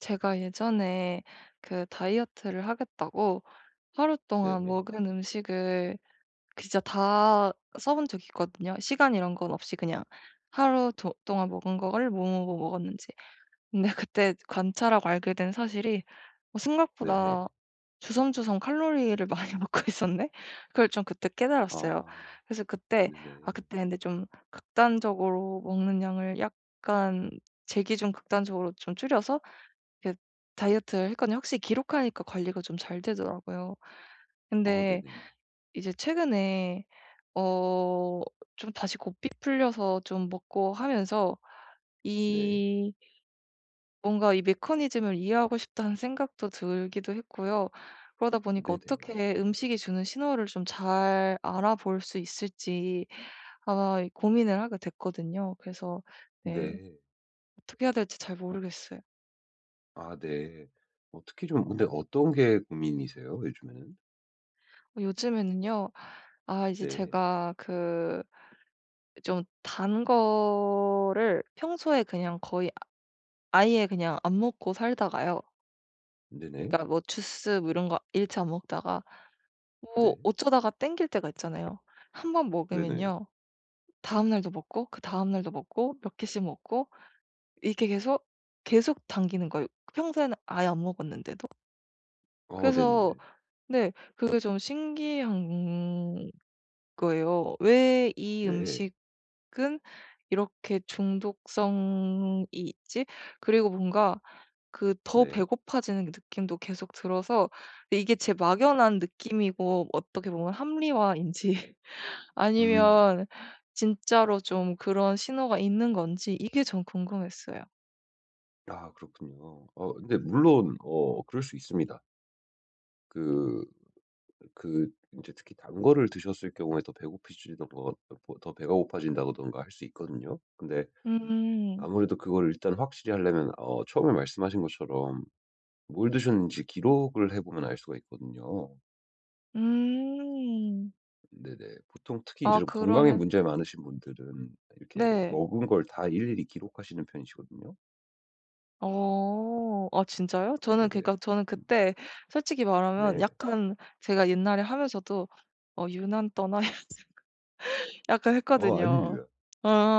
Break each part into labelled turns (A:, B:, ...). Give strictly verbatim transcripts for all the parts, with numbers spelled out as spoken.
A: 제가 예전에 그 다이어트를 하겠다고 하루 동안
B: 네.
A: 먹은 음식을 그 진짜 다 써본 적이 있거든요. 시간 이런 건 없이 그냥 하루 도- 동안 먹은 거를 뭐뭐뭐 먹었는지. 근데 그때 관찰하고 알게 된 사실이 어,
B: 네.
A: 생각보다 주섬주섬 칼로리를 많이 먹고 있었네? 그걸 좀 그때 깨달았어요.
B: 아.
A: 그래서 그때, 아,
B: 네네.
A: 그때 근데 좀 극단적으로 먹는 양을 약간 제 기준 극단적으로 좀 줄여서 그 다이어트를 했거든요. 확실히 기록하니까 관리가 좀 잘 되더라고요.
B: 아
A: 근데
B: 네네.
A: 이제 최근에 어 좀 다시 고삐 풀려서 좀 먹고 하면서
B: 네.
A: 이 뭔가 이 메커니즘을 이해하고 싶다는 생각도 들기도 했고요. 그러다 보니까
B: 네네.
A: 어떻게 음식이 주는 신호를 좀 잘 알아볼 수 있을지 아마 이 고민을 하게 됐거든요. 그래서 네,
B: 네.
A: 어떻게 해야 될지 잘
B: 어
A: 모르겠어요.
B: 아 네. 어 특히 좀 근데 어떤 게 고민이세요, 요즘에는?
A: 요즘에는요. 아 이제
B: 네.
A: 제가 그 좀 단 거를 평소에 그냥 거의 아예 그냥 안 먹고 살다가요.
B: 네네.
A: 그러니까 뭐 주스 뭐 이런 거 일체 안 먹다가 뭐
B: 네.
A: 어쩌다가 땡길 때가 있잖아요. 한 번
B: 네네.
A: 먹으면요. 다음 날도 먹고 그다음 날도 먹고 몇 개씩 먹고 이게 계속, 계속 당기는 거예요. 평소에는 아예 안 먹었는데도.
B: 어 네네네.
A: 그래서 네, 그게 좀 신기한 거예요. 왜 이
B: 네.
A: 음식은 이렇게 중독성이 있지? 그리고 뭔가 그 더
B: 네.
A: 배고파지는 느낌도 계속 들어서 이게 제 막연한 느낌이고 어떻게 보면 합리화인지
B: 음.
A: 아니면 진짜로 좀 그런 신호가 있는 건지 이게 전 궁금했어요.
B: 아 그렇군요. 어 근데 물론 어 그럴 수 있습니다. 그 그 인제 특히 단 거를 드셨을 경우에 더 배고프시던가 더 더 배가 고파진다든가 할 수 있거든요. 근데
A: 음.
B: 아무래도 그걸 일단 확실히 하려면 어 처음에 말씀하신 것처럼 뭘 드셨는지 기록을 해 보면 알 수가 있거든요.
A: 음.
B: 네네. 보통 특히 이제
A: 아
B: 좀 건강에
A: 그러면
B: 문제 많으신 분들은 이렇게
A: 네.
B: 먹은 걸 다 일일이 기록하시는 편이시거든요.
A: 어. 아 진짜요? 저는
B: 네네.
A: 그러니까 저는
B: 음
A: 그때 솔직히 말하면
B: 네.
A: 약간 제가 옛날에 하면서도 '어 유난 떠나.' 약간
B: 아
A: 했거든요.
B: 아닙니다.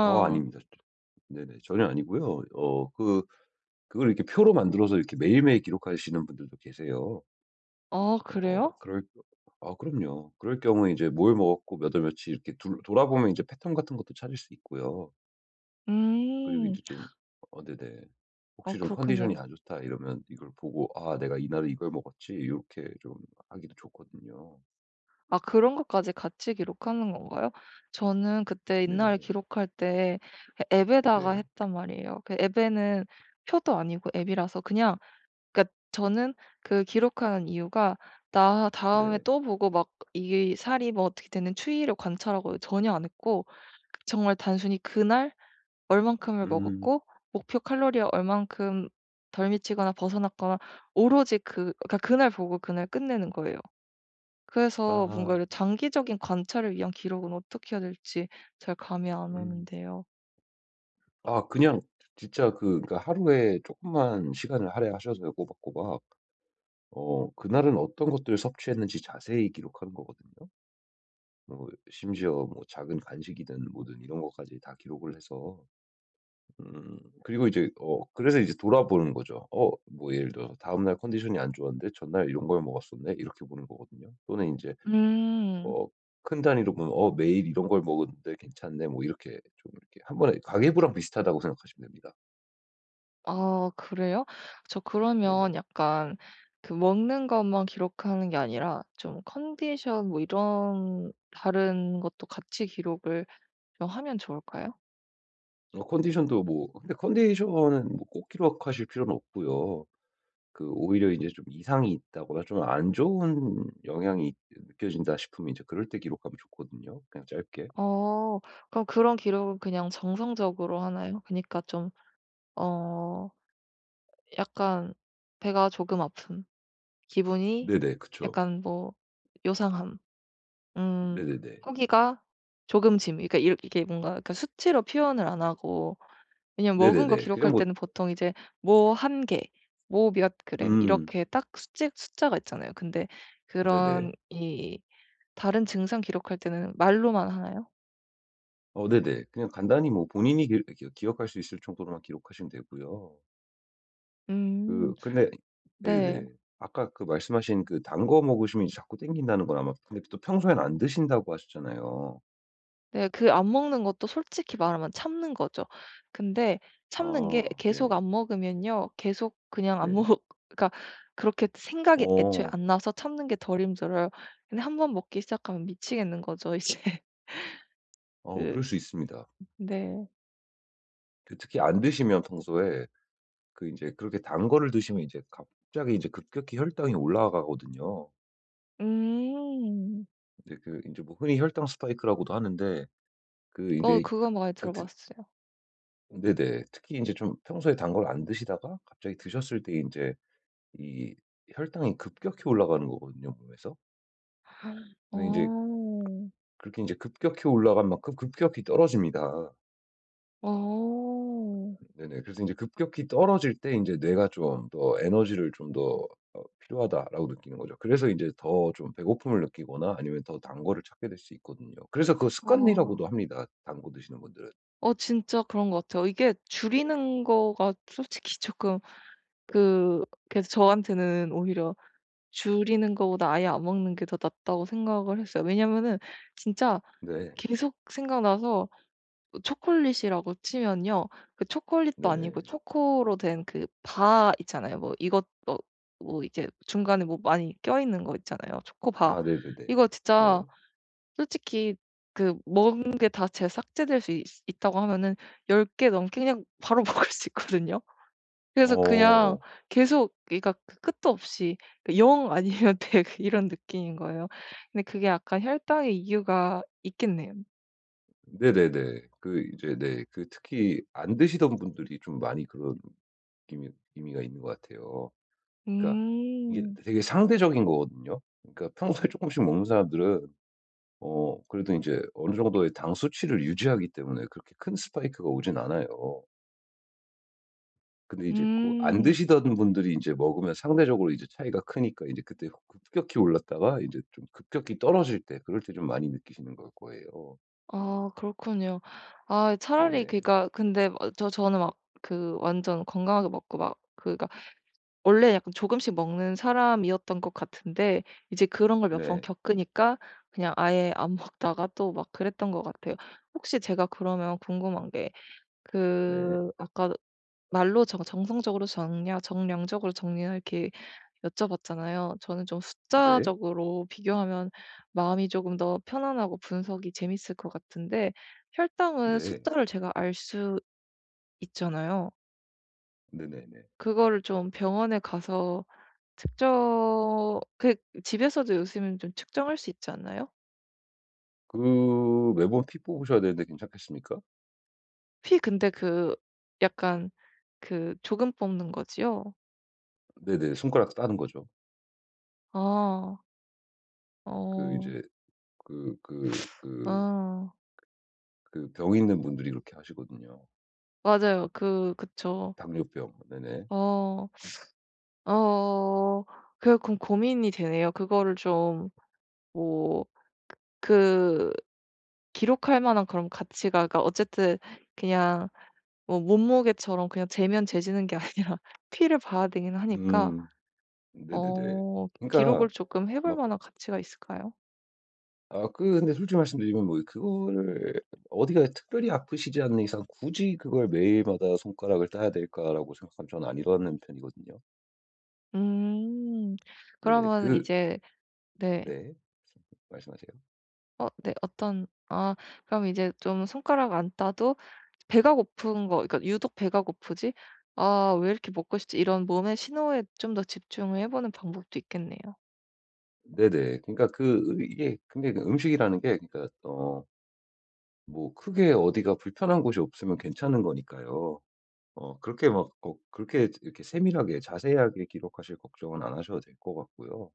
B: 아 아닙니다. 네네. 전혀 아니고요. 어 그 그걸 이렇게 표로 만들어서 이렇게 매일매일 기록하시는 분들도 계세요.
A: 아
B: 어
A: 그래요?
B: 그럴 아 그럼요. 그럴 경우에 이제 뭘 먹었고 몇월 며칠 이렇게 둘 돌아보면 이제 패턴 같은 것도 찾을 수 있고요. 그리고 이
A: 음.
B: 제 좀 어 네네.
A: 아
B: 혹시 좀 컨디션이
A: 그렇군요.
B: 안 좋다 이러면 이걸 보고 '아 내가 이날에 이걸 먹었지.' 이렇게 좀 하기도 좋거든요.
A: 아 그런 것까지 같이 기록하는 건가요? 저는 그때
B: 네네.
A: 옛날에 기록할 때 앱에다가
B: 네.
A: 했단 말이에요. 그 앱에는 표도 아니고 앱이라서 그냥 그러니까 저는 그 기록하는 이유가 나 다음에
B: 네.
A: 또 보고 막 이 살이 뭐 어떻게 되는 추이를 관찰하고 전혀 안 했고 정말 단순히 그날 얼만큼을
B: 음.
A: 먹었고 목표 칼로리에 얼만큼 덜 미치거나 벗어났거나 오로지 그 그러니까 그날 보고 그날 끝내는 거예요. 그래서 뭔가
B: 아.
A: 이런 장기적인 관찰을 위한 기록은 어떻게 해야 될지 잘 감이 안
B: 음.
A: 오는데요.
B: 아 그냥 진짜 그 그러니까 하루에 조금만 시간을 할애하셔서요 꼬박꼬박. 어 그날은 어떤 것들을 섭취했는지 자세히 기록하는 거거든요. 뭐 심지어 뭐 작은 간식이든 뭐든 이런 것까지 다 기록을 해서 음 그리고 이제 어 그래서 이제 돌아보는 거죠. 어 뭐 예를 들어서 '다음 날 컨디션이 안 좋았는데 전날 이런 걸 먹었었네.' 이렇게 보는 거거든요. 또는 이제
A: 음.
B: 어 큰 단위로 보면 '어 매일 이런 걸 먹었는데 괜찮네.' 뭐 이렇게 좀 이렇게 한 번에 가계부랑 비슷하다고 생각하시면 됩니다.
A: 아 그래요? 저
B: 네네.
A: 그러면 약간 그 먹는 것만 기록하는 게 아니라 좀 컨디션 뭐 이런 다른 것도 같이 기록을 좀 하면 좋을까요?
B: 어 컨디션도 뭐 근데 컨디션은 뭐 꼭 기록하실 필요는 없고요. 그 오히려 이제 좀 이상이 있다거나 좀 안 좋은 영향이 있- 느껴진다 싶으면 이제 그럴 때 기록하면 좋거든요 그냥 짧게.
A: 어 그럼 그런 기록은 그냥 정성적으로 하나요? 그니까 러좀어 약간 배가 조금 아픔, 기분이
B: 네네. 그쵸.
A: 약간 뭐 요상함, 음
B: 네네네.
A: 허기가 조금 짐 그러니까 이렇게 뭔가 그러니까 수치로 표현을 안 하고 왜냐면 먹은 거
B: 네네네. 그냥
A: 기록할
B: 뭐
A: 때는 보통 이제 뭐 한 개, 뭐 몇 그램
B: 음
A: 이렇게 딱숫 숫자가 있잖아요. 근데
B: 네네.
A: 그런 이 다른 증상 기록할 때는 말로만 하나요?
B: 어 네네. 그냥 간단히 뭐 본인이 기 기 기억할 수 있을 정도로만 기록하시면 되고요.
A: 음.
B: 그 근데
A: 네.
B: 네네. 아까 그 말씀하신 그 단거 먹으시면 이제 자꾸 땡긴다는 건 아마 근데 또 평소엔 안 드신다고 하셨잖아요.
A: 네. 그 안 먹는 것도 솔직히 말하면 참는 거죠. 근데 참는 게
B: 아
A: 계속
B: 네.
A: 안 먹으면요. 계속 그냥 안 먹
B: 네.
A: 그러니까 그렇게 생각이 애초에
B: 어.
A: 안 나서 참는 게 덜 힘들어요. 근데 한번 먹기 시작하면 미치겠는 거죠 이제.
B: 어
A: 그
B: 그럴 수 있습니다.
A: 네.
B: 그 특히 안 드시면 평소에 그 이제 그렇게 단 거를 드시면 이제 갑자기 이제 급격히 혈당이 올라가거든요.
A: 음.
B: 근데 그 이제 뭐 흔히 혈당 스파이크라고도 하는데 그 이제
A: 어 그거 많이
B: 그 특-
A: 들어봤어요.
B: 네네. 특히 이제 좀 평소에 단 걸 안 드시다가 갑자기 드셨을 때 이제 이 혈당이 급격히 올라가는 거거든요 몸에서. 근데 이제
A: 어.
B: 그렇게 이제 급격히 올라간 만큼 급격히 떨어집니다.
A: 어.
B: 네네. 그래서 이제 급격히 떨어질 때 이제 뇌가 좀 더 에너지를 좀 더 어 '필요하다.'라고 느끼는 거죠. 그래서 이제 더 좀 배고픔을 느끼거나 아니면 더 단 거를 찾게 될 수 있거든요. 그래서 그거
A: 아.
B: 습관이라고도 합니다, 단거 드시는 분들은.
A: 어 진짜 그런 것 같아요. 이게 줄이는 거가 솔직히 조금 그 그래서 저한테는 오히려 줄이는 거보다 아예 안 먹는 게 더 낫다고 생각을 했어요. 왜냐면은 진짜
B: 네.
A: 계속 생각나서 초콜릿이라고 치면요. 그 초콜릿도 아니고
B: 네네.
A: 초코로 된 그 바 있잖아요. 뭐 이것 뭐 뭐 이제 중간에 뭐 많이 껴있는 거 있잖아요. 초코바.
B: 아 네네네.
A: 이거
B: 네.
A: 진짜 솔직히 그 먹은 게 다 제 삭제될 수 있 있다고 하면은 열 개 넘게 그냥 바로 먹을 수 있거든요. 그래서 그냥
B: 어.
A: 계속 그러니까 그 끝도 없이 그 영 아니면 백영 이런 느낌인 거예요. 근데 그게 약간 혈당의 이유가 있겠네요.
B: 네네네. 그 이제 네 그 특히 안 드시던 분들이 좀 많이 그런 느낌이 의미가 있는 것 같아요. 그러니까 이게
A: 음.
B: 되게 상대적인 거거든요. 그러니까 평소에 쪼끔씩 먹는 사람들은 어 그래도 이제 어느 정도의 당 수치를 유지하기 때문에 그렇게 큰 스파이크가 오진 않아요. 근데 이제 꼭 안
A: 음.
B: 드시던 분들이 이제 먹으면 상대적으로 이제 차이가 크니까 이제 그때 급격히 올랐다가 이제 좀 급격히 떨어질 때 그럴 때 좀 많이 느끼시는 걸 거예요.
A: 아 그렇군요. 아 차라리
B: 네네.
A: 그니까 근데 막 저 저는 막 그 완전 건강하게 먹고 막 그니까 원래 약간 조금씩 먹는 사람이었던 것 같은데 이제 그런 걸 몇 번
B: 네.
A: 겪으니까 그냥 아예 안 먹다가 또 막 그랬던 것 같아요. 혹시 제가 그러면 궁금한 게
B: 네.
A: 그 아까 말로 정 정성적으로 정량 정량적으로 정리나 이렇게 여쭤봤잖아요. 저는 좀
B: 네.
A: 숫자적으로 비교하면 마음이 조금 더 편안하고 분석이 재밌을 것 같은데 혈당은
B: 네.
A: 숫자를 제가 알 수 있잖아요.
B: 네네네.
A: 그거를 좀 병원에 가서 측정 그 집에서도 요즘은 좀 측정할 수 있지 않나요?
B: 그 매번 피 뽑으셔야 되는데 괜찮겠습니까?
A: 피 근데 그 약간 그 조금 뽑는 거지요?
B: 네네. 손가락 따는 거죠.
A: 아.
B: 그 이제
A: 어.
B: 그 그 그
A: 아.
B: 그 병 있는 분들이 그렇게 하시거든요.
A: 맞아요. 그 그쵸.
B: 당뇨병. 네네.
A: 어. 어. 그럼 고민이 되네요. 그거를 좀 뭐 그 기록할 만한 그런 가치가 그러니까 어쨌든 그냥 뭐 몸무게처럼 그냥 재면 재지는 게 아니라 피를 봐야 되긴 하니까
B: 음. 네네네.
A: 어
B: 그러니까
A: 기록을 조금 해볼
B: 막
A: 만한 가치가 있을까요?
B: 아 그 근데 솔직히 말씀드리면 뭐 그거를 어디가 특별히 아프시지 않는 이상 '굳이 그걸 매일마다 손가락을 따야 될까?'라고 생각하면 저는 안 일어나는 편이거든요.
A: 음.
B: 네네.
A: 그러면
B: 그
A: 이제 네.
B: 네. 말씀하세요.
A: 어 네 어떤 아 그럼 이제 좀 손가락 안 따도 배가 고픈 거 그러니까 유독 배가 고프지 '아 왜 이렇게 먹고 싶지?' 이런 몸의 신호에 좀 더 집중을 해 보는 방법도 있겠네요.
B: 네네. 그러니까 그 이게 근데 그 음식이라는 게 그러니까 어 뭐 크게 어디가 불편한 곳이 없으면 괜찮은 거니까요. 어 그렇게 막 거 그렇게 이렇게 세밀하게 자세하게 기록하실 걱정은 안 하셔도 될 것 같고요.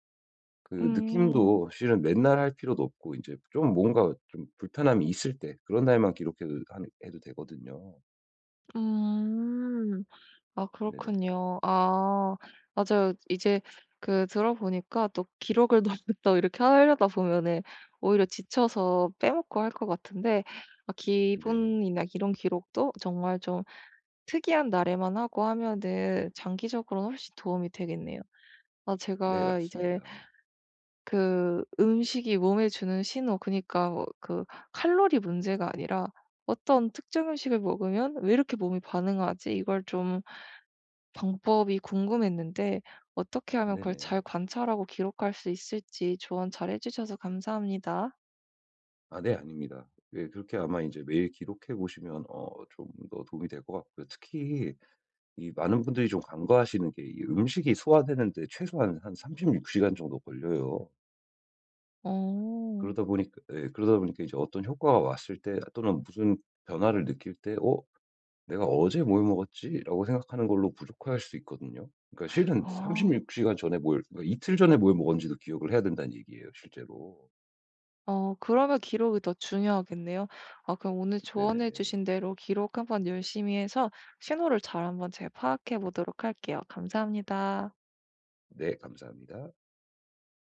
B: 그
A: 음.
B: 느낌도 실은 맨날 할 필요도 없고 이제 좀 뭔가 좀 불편함이 있을 때 그런 날만 기록해도 한- 해도 되거든요.
A: 음. 아
B: 네네.
A: 그렇군요. 아 맞아요. 이제 그 들어 보니까 또 기록을 너무 또 이렇게 하려다 보면은 오히려 지쳐서 빼먹고 할 것 같은데 아
B: 네.
A: 기분이나 이런 기록도 정말 좀 특이한 날에만 하고 하면은 장기적으로는 훨씬 도움이 되겠네요. 아
B: 네
A: 제가 이제
B: 맞습니다.
A: 그 음식이 몸에 주는 신호 그니까 뭐그 칼로리 문제가 아니라 '어떤 특정 음식을 먹으면 왜 이렇게 몸이 반응하지?' 이걸 좀 방법이 궁금했는데 어떻게 하면 그걸 잘
B: 네네.
A: 관찰하고 기록할 수 있을지 조언 잘해 주셔서 감사합니다.
B: 아 네 아닙니다. 예 그렇게 아마 이제 매일 기록해 보시면 어 좀 더 도움이 될 것 같고요. 특히 이 많은 분들이 좀 간과하시는 게이 음식이 소화되는 데 최소한 한 삼십육 시간 정도 걸려요.
A: 어.
B: 그러다 보니까 예 그러다 보니까 이제 어떤 효과가 왔을 때 또는 무슨 변화를 느낄 때 '어? 내가 어제 뭘 먹었지?'라고 생각하는 걸로 부족할 수 있거든요. 그러니까 실은
A: 어.
B: 삼십육 시간 전에 뭘 그러니까 이틀 전에 뭘 먹었는지도 기억을 해야 된다는 얘기예요 실제로.
A: 어 그러면 기록이 더 중요하겠네요. 아 그럼 오늘 조언해
B: 네네.
A: 주신 대로 기록 한번 열심히 해서 신호를 잘 한번 잘 파악해 보도록 할게요. 감사합니다.
B: 네 감사합니다.